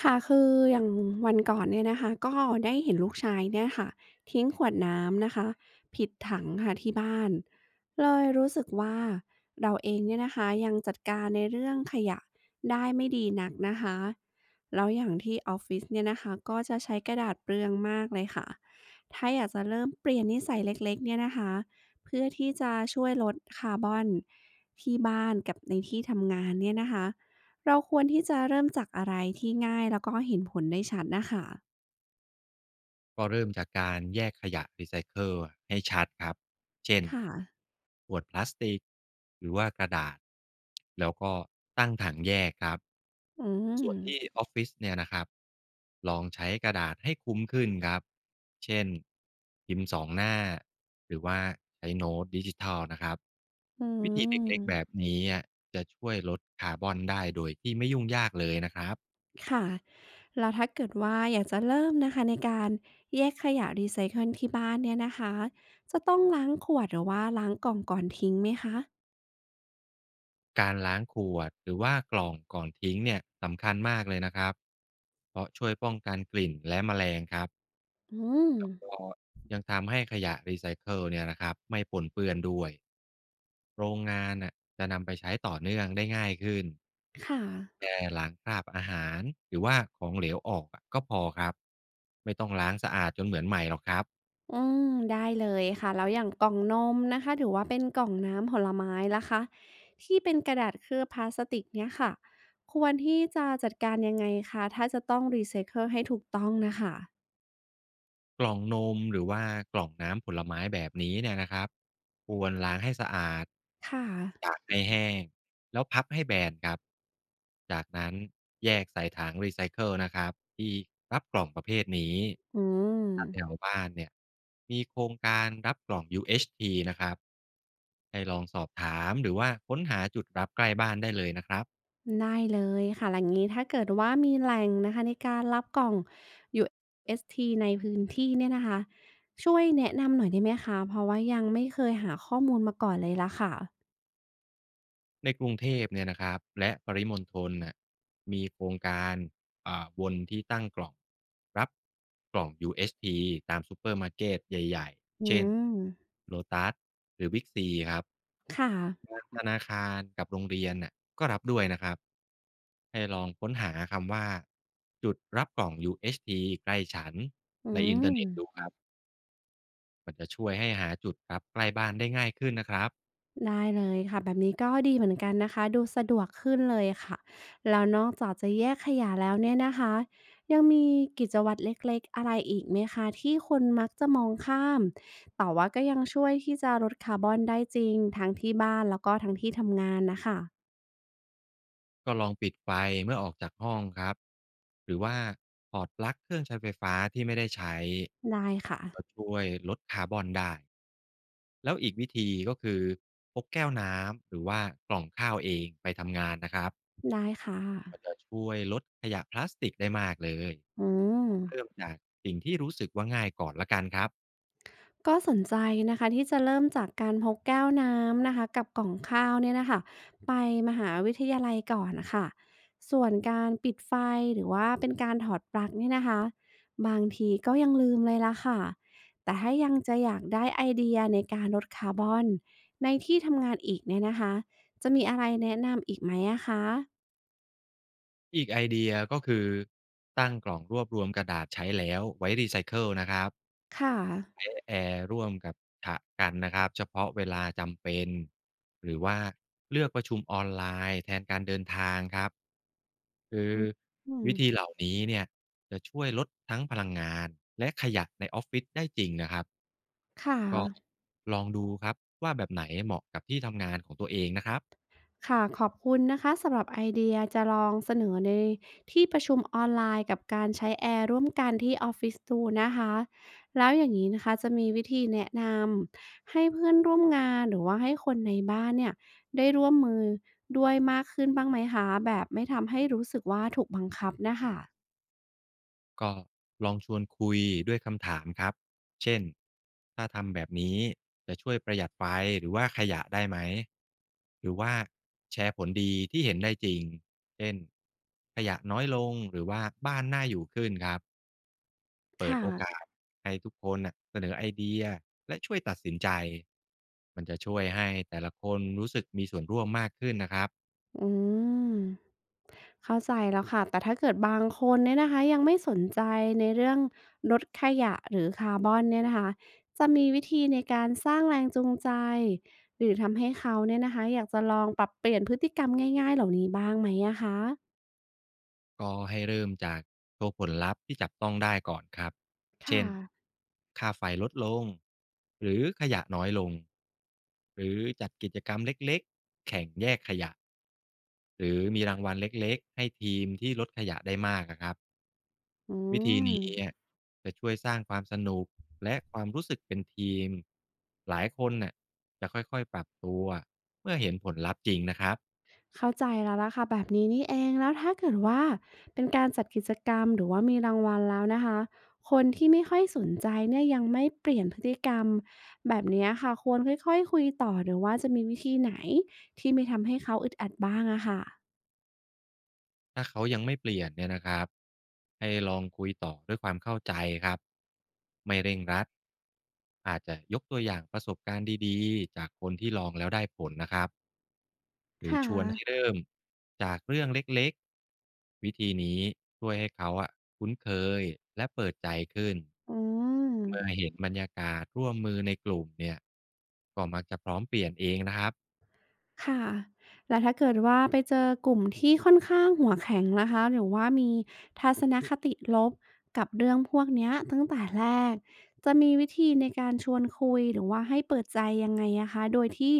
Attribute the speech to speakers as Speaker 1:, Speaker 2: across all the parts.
Speaker 1: ค่ะคืออย่างวันก่อนเนี่ยนะคะก็ได้เห็นลูกชายเนี่ยค่ะทิ้งขวดน้ำนะคะผิดถังค่ะที่บ้าน เลยรู้สึกว่าเราเองเนี่ยนะคะยังจัดการในเรื่องขยะได้ไม่ดีนักนะคะแล้วอย่างที่ออฟฟิศเนี่ยนะคะก็จะใช้กระดาษเปลืองมากเลยค่ะถ้าอยากจะเริ่มเปลี่ยนนิสัยเล็กๆเนี่ยนะคะเพื่อที่จะช่วยลดคาร์บอนที่บ้านกับในที่ทำงานเนี่ยนะคะ เราควรที่จะเริ่มจากอะไรที่ง่ายแล้วก็เห็นผลได้ชัดน่ะค่ะ
Speaker 2: ก็เริ่มจากการแยกขยะรีไซเคิลให้ชัดครับ เช่น
Speaker 1: ค่ะ
Speaker 2: ขวดพลาสติกหรือว่ากระดาษแล้วก็ตั้งถังแยกครับ
Speaker 1: อืม
Speaker 2: ส่วนที่ออฟฟิศเนี่ยนะครับลองใช้กระดาษให้คุ้มขึ้นครับเช่นพิมพ์สองหน้าหรือว่าใช้โน้ตดิจิทัลนะครับ
Speaker 1: อื
Speaker 2: วิธีเล็กๆแบบ
Speaker 1: ม
Speaker 2: นี้อะจะช่วยลดคาร์บอนได้โดยที่ไม่ยุ่งยากเลยนะครับ
Speaker 1: ค่ะแล้วถ้าเกิดว่าอยากจะเริ่มนะคะในการแยกขยะรีไซเคิลที่บ้านเนี่ยนะคะ จะต้องล้างขวดหรือว่าล้างกล่องก่อนทิ้งไหมคะ
Speaker 2: การล้างขวดหรือว่ากล่องก่อนทิ้งเนี่ยสำคัญมากเลยนะครับเพราะช่วยป้องกันกลิ่นและแมลงครับ
Speaker 1: อืม
Speaker 2: ก็ยังทำให้ขยะรีไซเคิลเนี่ยนะครับไม่ปนเปื้อนด้วยโรงงานน่ะจะนำไปใช้ต่อเนื่องได้ง่ายขึ้น
Speaker 1: ค่ะ
Speaker 2: แค่ล้างคราบอาหารหรือว่าของเหลวออกอะก็พอครับไม่ต้องล้างสะอาดจนเหมือนใหม่หรอกครับ
Speaker 1: อืมได้เลยค่ะแล้วอย่างกล่องนมนะคะหรือว่าเป็นกล่องน้ำผลไม้ล่ะคะที่เป็นกระดาษเคลือบพลาสติกเนี่ยค่ะควรที่จะจัดการยังไงคะถ้าจะต้องรีไซเคิลให้ถูกต้องนะคะ
Speaker 2: กล่องนมหรือว่ากล่องน้ำผลไม้แบบนี้เนี่ยนะครับควรล้างให้สะอาด
Speaker 1: ค่ะ
Speaker 2: ตากให้แห้งแล้วพับให้แบนครับจากนั้นแยกใส่ถังรีไซเคิลนะครับที่รับกล่องประเภทนี้
Speaker 1: อืม
Speaker 2: ถ้าแถวบ้านเนี่ยมีโครงการรับกล่อง UHT นะครับให้ลองสอบถามหรือว่าค้นหาจุดรับใกล้บ้านได้เลยนะครับ
Speaker 1: ได้เลยค่ะแล้วงนี้ถ้าเกิดว่ามีแหล่งนะคะในการรับกล่องอยูเอส s t ในพื้นที่เนี่ยนะคะช่วยแนะนำหน่อยได้ไหมคะเพราะว่ายังไม่เคยหาข้อมูลมาก่อนเลยละค่ะ
Speaker 2: ในกรุงเทพเนี่ยนะครับและปริมณฑลน่ะมีโครงการอ่าวนที่ตั้งกล่องรับกล่อง UHT ตามซูเปอร์มาร์เกตใหญ่
Speaker 1: อื
Speaker 2: ๆเช่น
Speaker 1: ม
Speaker 2: Lotus หรือ BICครับ
Speaker 1: ค่ะ
Speaker 2: บางธนาคารกับโรงเรียนน่ะก็รับด้วยนะครับให้ลองค้นหาคำว่าจุดรับกล่อง UHT ใกล้ฉัน
Speaker 1: อื
Speaker 2: ในอินเทอร์
Speaker 1: ม
Speaker 2: เน็ตดูครับมันจะช่วยให้หาจุดรับใกล้บ้านได้ง่ายขึ้นนะครับ
Speaker 1: ได้เลยค่ะแบบนี้ก็ดีเหมือนกันนะคะดูสะดวกขึ้นเลยค่ะแล้วนอกจากจะแยกขยะแล้วเนี่ยนะคะยังมีกิจวัตรเล็กๆอะไรอีกไหมคะที่คนมักจะมองข้ามแต่ว่าก็ยังช่วยที่จะลดคาร์บอนได้จริงทั้งที่บ้านแล้วก็ทั้งที่ทำงานนะคะ
Speaker 2: ก็ลองปิดไฟเมื่อออกจากห้องครับหรือว่าถอดปลั๊กเครื่องใช้ไฟฟ้าที่ไม่ได้ใช้
Speaker 1: ได้ค่ะ
Speaker 2: ก็ช่วยลดคาร์บอนได้แล้วอีกวิธีก็คือพกแก้วน้ำหรือว่ากล่องข้าวเองไปทำงานนะครับ
Speaker 1: ได้ค่ะ
Speaker 2: ก็จะช่วยลดขยะพลาสติกได้มากเลยเริ่ม
Speaker 1: อืม
Speaker 2: จากสิ่งที่รู้สึกว่าง่ายก่อนละกันครับ
Speaker 1: ก็สนใจนะคะที่จะเริ่มจากการพกแก้วน้ำนะคะกับกล่องข้าวเนี่ยนะคะไปมหาวิทยาลัยก่อนนะคะส่วนการปิดไฟหรือว่าเป็นการถอดปลั๊กเนี่ยนะคะบางทีก็ยังลืมเลยละค่ะแต่ถ้ายังจะอยากได้ไอเดียในการลดคาร์บอนในที่ทำงานอีกเนี่ยนะคะจะมีอะไรแนะนำอีกไหมอะคะ
Speaker 2: อีกไอเดียก็คือตั้งกล่องรวบรวมกระดาษใช้แล้วไว้รีไซเคิลนะครับ
Speaker 1: ค่ะ
Speaker 2: ใช้แอร์ร่วมกับกะกันนะครับเฉพาะเวลาจำเป็นหรือว่าเลือกประชุมออนไลน์แทนการเดินทางครับคือ
Speaker 1: อืม
Speaker 2: วิธีเหล่านี้เนี่ยจะช่วยลดทั้งพลังงานและขยะในออฟฟิศได้จริงนะครับ
Speaker 1: ค่ะ
Speaker 2: ก็ลองดูครับว่าแบบไหนเหมาะกับที่ทำงานของตัวเองนะครับ
Speaker 1: ค่ะขอบคุณนะคะสำหรับไอเดียจะลองเสนอในที่ประชุมออนไลน์กับการใช้แอร์ร่วมกันที่ออฟฟิศดูนะคะแล้วอย่างนี้นะคะจะมีวิธีแนะนำให้เพื่อนร่วมงานหรือว่าให้คนในบ้านเนี่ยได้ร่วมมือด้วยมากขึ้นบ้างไหมคะแบบไม่ทำให้รู้สึกว่าถูกบังคับนะคะ
Speaker 2: ก็ลองชวนคุยด้วยคำถามครับเช่นถ้าทำแบบนี้จะช่วยประหยัดไฟหรือว่าขยะได้ไหมหรือว่าแชร์ผลดีที่เห็นได้จริงเช่นขยะน้อยลงหรือว่าบ้านน่าอยู่ขึ้นครับเปิด
Speaker 1: ค่ะ
Speaker 2: โอกาสให้ทุกคนน่ะเสนอไอเดียและช่วยตัดสินใจมันจะช่วยให้แต่ละคนรู้สึกมีส่วนร่วมมากขึ้นนะครับ
Speaker 1: อืมเข้าใจแล้วค่ะแต่ถ้าเกิดบางคนเนี่ยนะคะยังไม่สนใจในเรื่องลดขยะหรือคาร์บอนเนี่ยนะคะจะมีวิธีในการสร้างแรงจูงใจหรือทำให้เขาเนี่ยนะคะอยากจะลองปรับเปลี่ยนพฤติกรรมง่ายๆเหล่านี้บ้างไหมอะคะ
Speaker 2: ก็ให้เริ่มจากโชว์ผลลัพธ์ที่จับต้องได้ก่อนครับ เช่
Speaker 1: ค่ะ
Speaker 2: น ค่าไฟลดลง หรือขยะน้อยลง หรือจัดกิจกรรมเล็กๆ แข่งแยกขยะ หรือมีรางวัลเล็กๆ ให้ทีมที่ลดขยะได้มากอะครับ
Speaker 1: อื
Speaker 2: วิธี
Speaker 1: ม
Speaker 2: นี้จะช่วยสร้างความสนุกและความรู้สึกเป็นทีม หลายคนน่ะจะค่อยๆ ปรับตัวเมื่อเห็นผลลัพธ์จริงนะครับ
Speaker 1: เข้าใจแล้วล่ะค่ะแบบนี้นี่เองแล้วถ้าเกิดว่าเป็นการจัดกิจกรรมหรือว่ามีรางวัลแล้วนะคะคนที่ไม่ค่อยสนใจเนี่ยยังไม่เปลี่ยนพฤติกรรมแบบเนี้ยค่ะควรค่อยๆคุยต่อหรือว่าจะมีวิธีไหนที่ไม่ทำให้เขาอึดอัดบ้างอะค่ะ
Speaker 2: ถ้าเขายังไม่เปลี่ยนเนี่ยนะครับให้ลองคุยต่อด้วยความเข้าใจครับไม่เร่งรัดอาจจะยกตัวอย่างประสบการณ์ดีๆจากคนที่ลองแล้วได้ผลนะครับหรือ
Speaker 1: ค่ะ
Speaker 2: ชวนให้เริ่มจากเรื่องเล็กๆวิธีนี้ช่วยให้เขาอะคุ้นเคยและเปิดใจขึ้น
Speaker 1: อื
Speaker 2: เมื่อ
Speaker 1: ม
Speaker 2: เห็นบรรยากาศร่วมมือในกลุ่มเนี่ยก็มักจะพร้อมเปลี่ยนเองนะครับ
Speaker 1: ค่ะ แล้วถ้าเกิดว่าไปเจอกลุ่มที่ค่อนข้างหัวแข็งนะคะ หรือว่ามีทัศนคติลบกับเรื่องพวกเนี้ยตั้งแต่แรก จะมีวิธีในการชวนคุยหรือว่าให้เปิดใจยังไงอะคะ โดยที่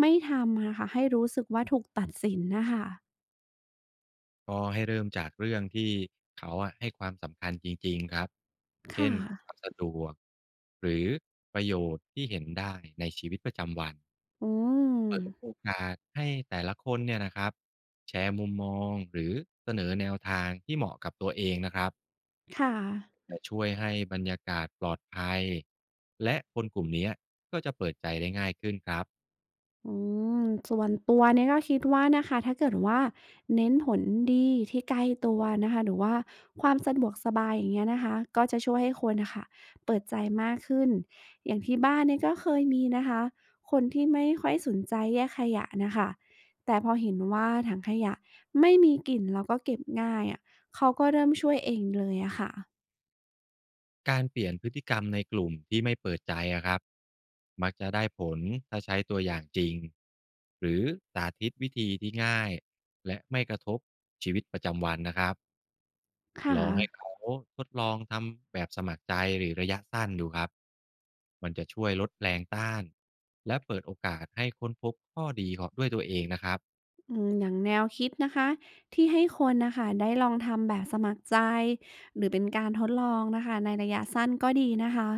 Speaker 1: ไม่ทำนะคะให้รู้สึกว่าถูกตัดสินนะคะ
Speaker 2: ก็ให้เริ่มจากเรื่องที่เขาอะให้ความสำคัญจริงๆครับ เช่
Speaker 1: ค่ะ
Speaker 2: นความสะดวกหรือประโยชน์ที่เห็นได้ในชีวิตประจำวัน
Speaker 1: อืม
Speaker 2: โอกาสให้แต่ละคนเนี่ยนะครับแชร์มุมมองหรือเสนอแนวทางที่เหมาะกับตัวเองนะครับ
Speaker 1: ค่ะ
Speaker 2: จะช่วยให้บรรยากาศปลอดภัยและคนกลุ่มเนี้ยก็จะเปิดใจได้ง่ายขึ้นครับ
Speaker 1: อืมส่วนตัวเนี่ยก็คิดว่านะคะถ้าเกิดว่าเน้นผลดีที่ใกล้ตัวนะคะหรือว่าความสะดวกสบายอย่างเงี้ยนะคะก็จะช่วยให้คนนะคะเปิดใจมากขึ้นอย่างที่บ้านเนี่ยก็เคยมีนะคะคนที่ไม่ค่อยสนใจแยกขยะนะคะแต่พอเห็นว่าถังขยะไม่มีกลิ่นแล้วก็เก็บง่ายอะเขาก็เริ่มช่วยเองเลยอะค่ะ
Speaker 2: การเปลี่ยนพฤติกรรมในกลุ่มที่ไม่เปิดใจอะครับมักจะได้ผลถ้าใช้ตัวอย่างจริงหรือสาธิตวิธีที่ง่ายและไม่กระทบชีวิตประจำวันนะครับ
Speaker 1: ค่ะ
Speaker 2: ลองให้เขาทดลองทำแบบสมัครใจหรือระยะสั้นดูครับมันจะช่วยลดแรงต้านและเปิดโอกาสให้ค้นพบข้อดีของด้วยตัวเองนะครับ
Speaker 1: อืมอย่างแนวคิดนะคะที่ให้คนนะคะได้ลองทำแบบสมัครใจหรือเป็นการทดลองนะคะในระยะสั้นก็ดีนะคะ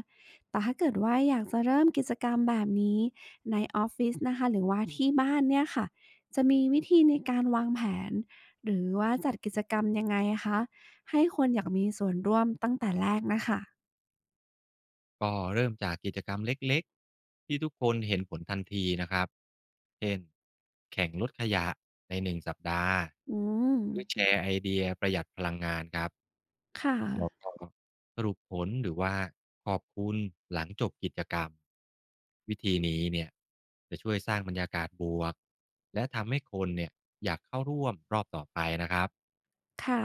Speaker 1: แต่ถ้าเกิดว่าอยากจะเริ่มกิจกรรมแบบนี้ในออฟฟิศนะคะหรือว่าที่บ้านเนี่ยค่ะจะมีวิธีในการวางแผนหรือว่าจัดกิจกรรมยังไงคะให้คนอยากมีส่วนร่วมตั้งแต่แรกนะคะ
Speaker 2: ก็เริ่มจากกิจกรรมเล็กๆที่ทุกคนเห็นผลทันทีนะครับ เช่นแข่งลดขยะใน1สัปดาห์
Speaker 1: อืม
Speaker 2: หรือแชร์ไอเดียประหยัดพลังงานครับ
Speaker 1: ค่ะ
Speaker 2: แล้วก็สรุปผลหรือว่าขอบคุณหลังจบกิจกรรมวิธีนี้เนี่ยจะช่วยสร้างบรรยากาศบวกและทำให้คนเนี่ยอยากเข้าร่วมรอบต่อไปนะครับ
Speaker 1: ค่ะ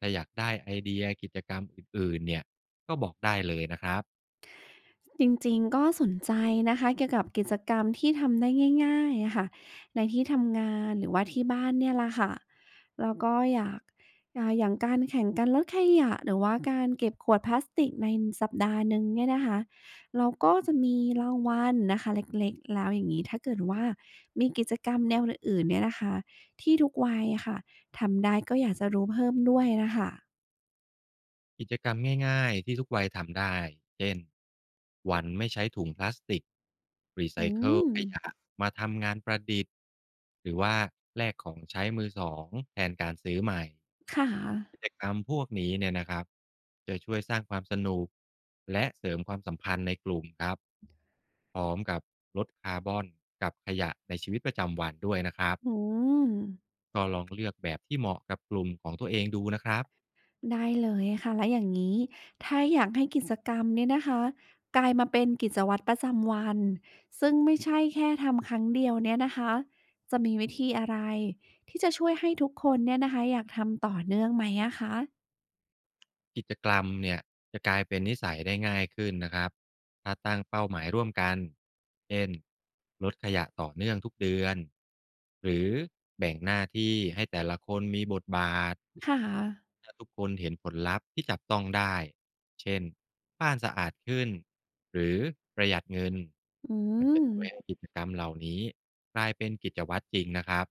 Speaker 2: ถ้าอยากได้ไอเดียกิจกรรมอื่นๆเนี่ยก็บอกได้เลยนะครับ
Speaker 1: จริงๆก็สนใจนะคะเกี่ยวกับกิจกรรมที่ทำได้ง่ายๆอะค่ะในที่ทำงานหรือว่าที่บ้านเนี่ยแหละค่ะแล้วก็อยากอย่างการแข่งกันลดขยะหรือว่าการเก็บขวดพลาสติกในสัปดาห์หนึ่งเนี่ยนะคะเราก็จะมีรางวัลนะคะเล็กๆแล้วอย่างงี้ถ้าเกิดว่ามีกิจกรรมแนวอื่นๆเนี่ยนะคะที่ทุกวัยอะค่ะทำได้ก็อยากจะรู้เพิ่มด้วยน่ะค่ะ
Speaker 2: กิจกรรมง่ายๆที่ทุกวัยทำได้ เช่นวันไม่ใช้ถุงพลาสติกรีไซ
Speaker 1: อื
Speaker 2: เคิล
Speaker 1: ม
Speaker 2: ขยะมาทำงานประดิษฐ์หรือว่าแลกของใช้มือสองแทนการซื้อใหม่
Speaker 1: ค่ะ
Speaker 2: กิจกรรมพวกนี้เนี่ยนะครับจะช่วยสร้างความสนุกและเสริมความสัมพันธ์ในกลุ่มครับพร้อมกับลดคาร์บอนกับขยะในชีวิตประจำวันด้วยนะครับ
Speaker 1: อืม
Speaker 2: ก็ลองเลือกแบบที่เหมาะกับกลุ่มของตัวเองดูนะครับ
Speaker 1: ได้เลยค่ะแล้วอย่างนี้ถ้าอยากให้กิจกรรมเนี่ยนะคะกลายมาเป็นกิจวัตรประจำวันซึ่งไม่ใช่แค่ทำครั้งเดียวเนี่ยนะคะจะมีวิธีอะไรที่จะช่วยให้ทุกคนเนี่ยนะคะอยากทำต่อเนื่องไหมอะคะ
Speaker 2: กิจกรรมเนี่ยจะกลายเป็นนิสัยได้ง่ายขึ้นนะครับถ้าตั้งเป้าหมายร่วมกันเช่นลดขยะต่อเนื่องทุกเดือนหรือแบ่งหน้าที่ให้แต่ละคนมีบทบาท
Speaker 1: ค่ะ
Speaker 2: ถ้าทุกคนเห็นผลลัพธ์ที่จับต้องได้เช่นบ้านสะอาดขึ้นหรือประหยัดเงิน
Speaker 1: อื
Speaker 2: มันจะ
Speaker 1: ม
Speaker 2: ช่วยให้กิจกรรมเหล่านี้กลายเป็นกิจวัตรจริงนะครับ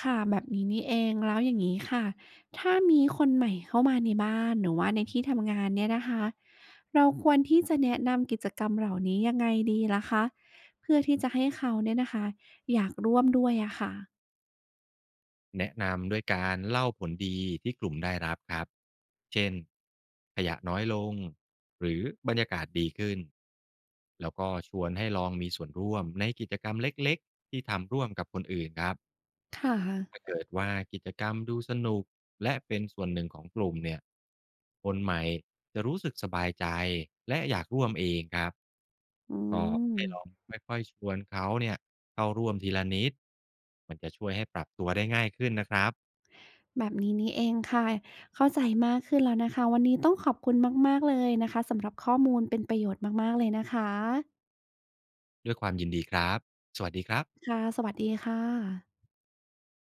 Speaker 1: ค่ะแบบนี้นี่เองแล้วอย่างนี้ค่ะถ้ามีคนใหม่เข้ามาในบ้านหรือว่าในที่ทำงานเนี่ยนะคะเราควรที่จะแนะนำกิจกรรมเหล่านี้ยังไงดีล่ะคะเพื่อที่จะให้เขาเนี่ยนะคะอยากร่วมด้วยอะค่ะ
Speaker 2: แนะนำด้วยการเล่าผลดีที่กลุ่มได้รับครับ เช่นขยะน้อยลงหรือบรรยากาศดีขึ้นแล้วก็ชวนให้ลองมีส่วนร่วมในกิจกรรมเล็กๆที่ทำร่วมกับคนอื่นครับ
Speaker 1: ค่ะ
Speaker 2: ถ้าเกิดว่ากิจกรรมดูสนุกและเป็นส่วนหนึ่งของกลุ่มเนี่ยคนใหม่จะรู้สึกสบายใจและอยากร่วมเองครับ
Speaker 1: อื
Speaker 2: ก็
Speaker 1: ม
Speaker 2: ให้ลองค่อยๆชวนเขาเนี่ยเข้าร่วมทีละนิดมันจะช่วยให้ปรับตัวได้ง่ายขึ้นนะครับ
Speaker 1: แบบนี้นี่เองค่ะเข้าใจมากขึ้นแล้วนะคะวันนี้ต้องขอบคุณมากๆเลยนะคะสำหรับข้อมูลเป็นประโยชน์มากๆเลยนะคะ
Speaker 2: ด้วยความยินดีครับ สวัสดีครับ
Speaker 1: ค่ะสวัสดีค่ะ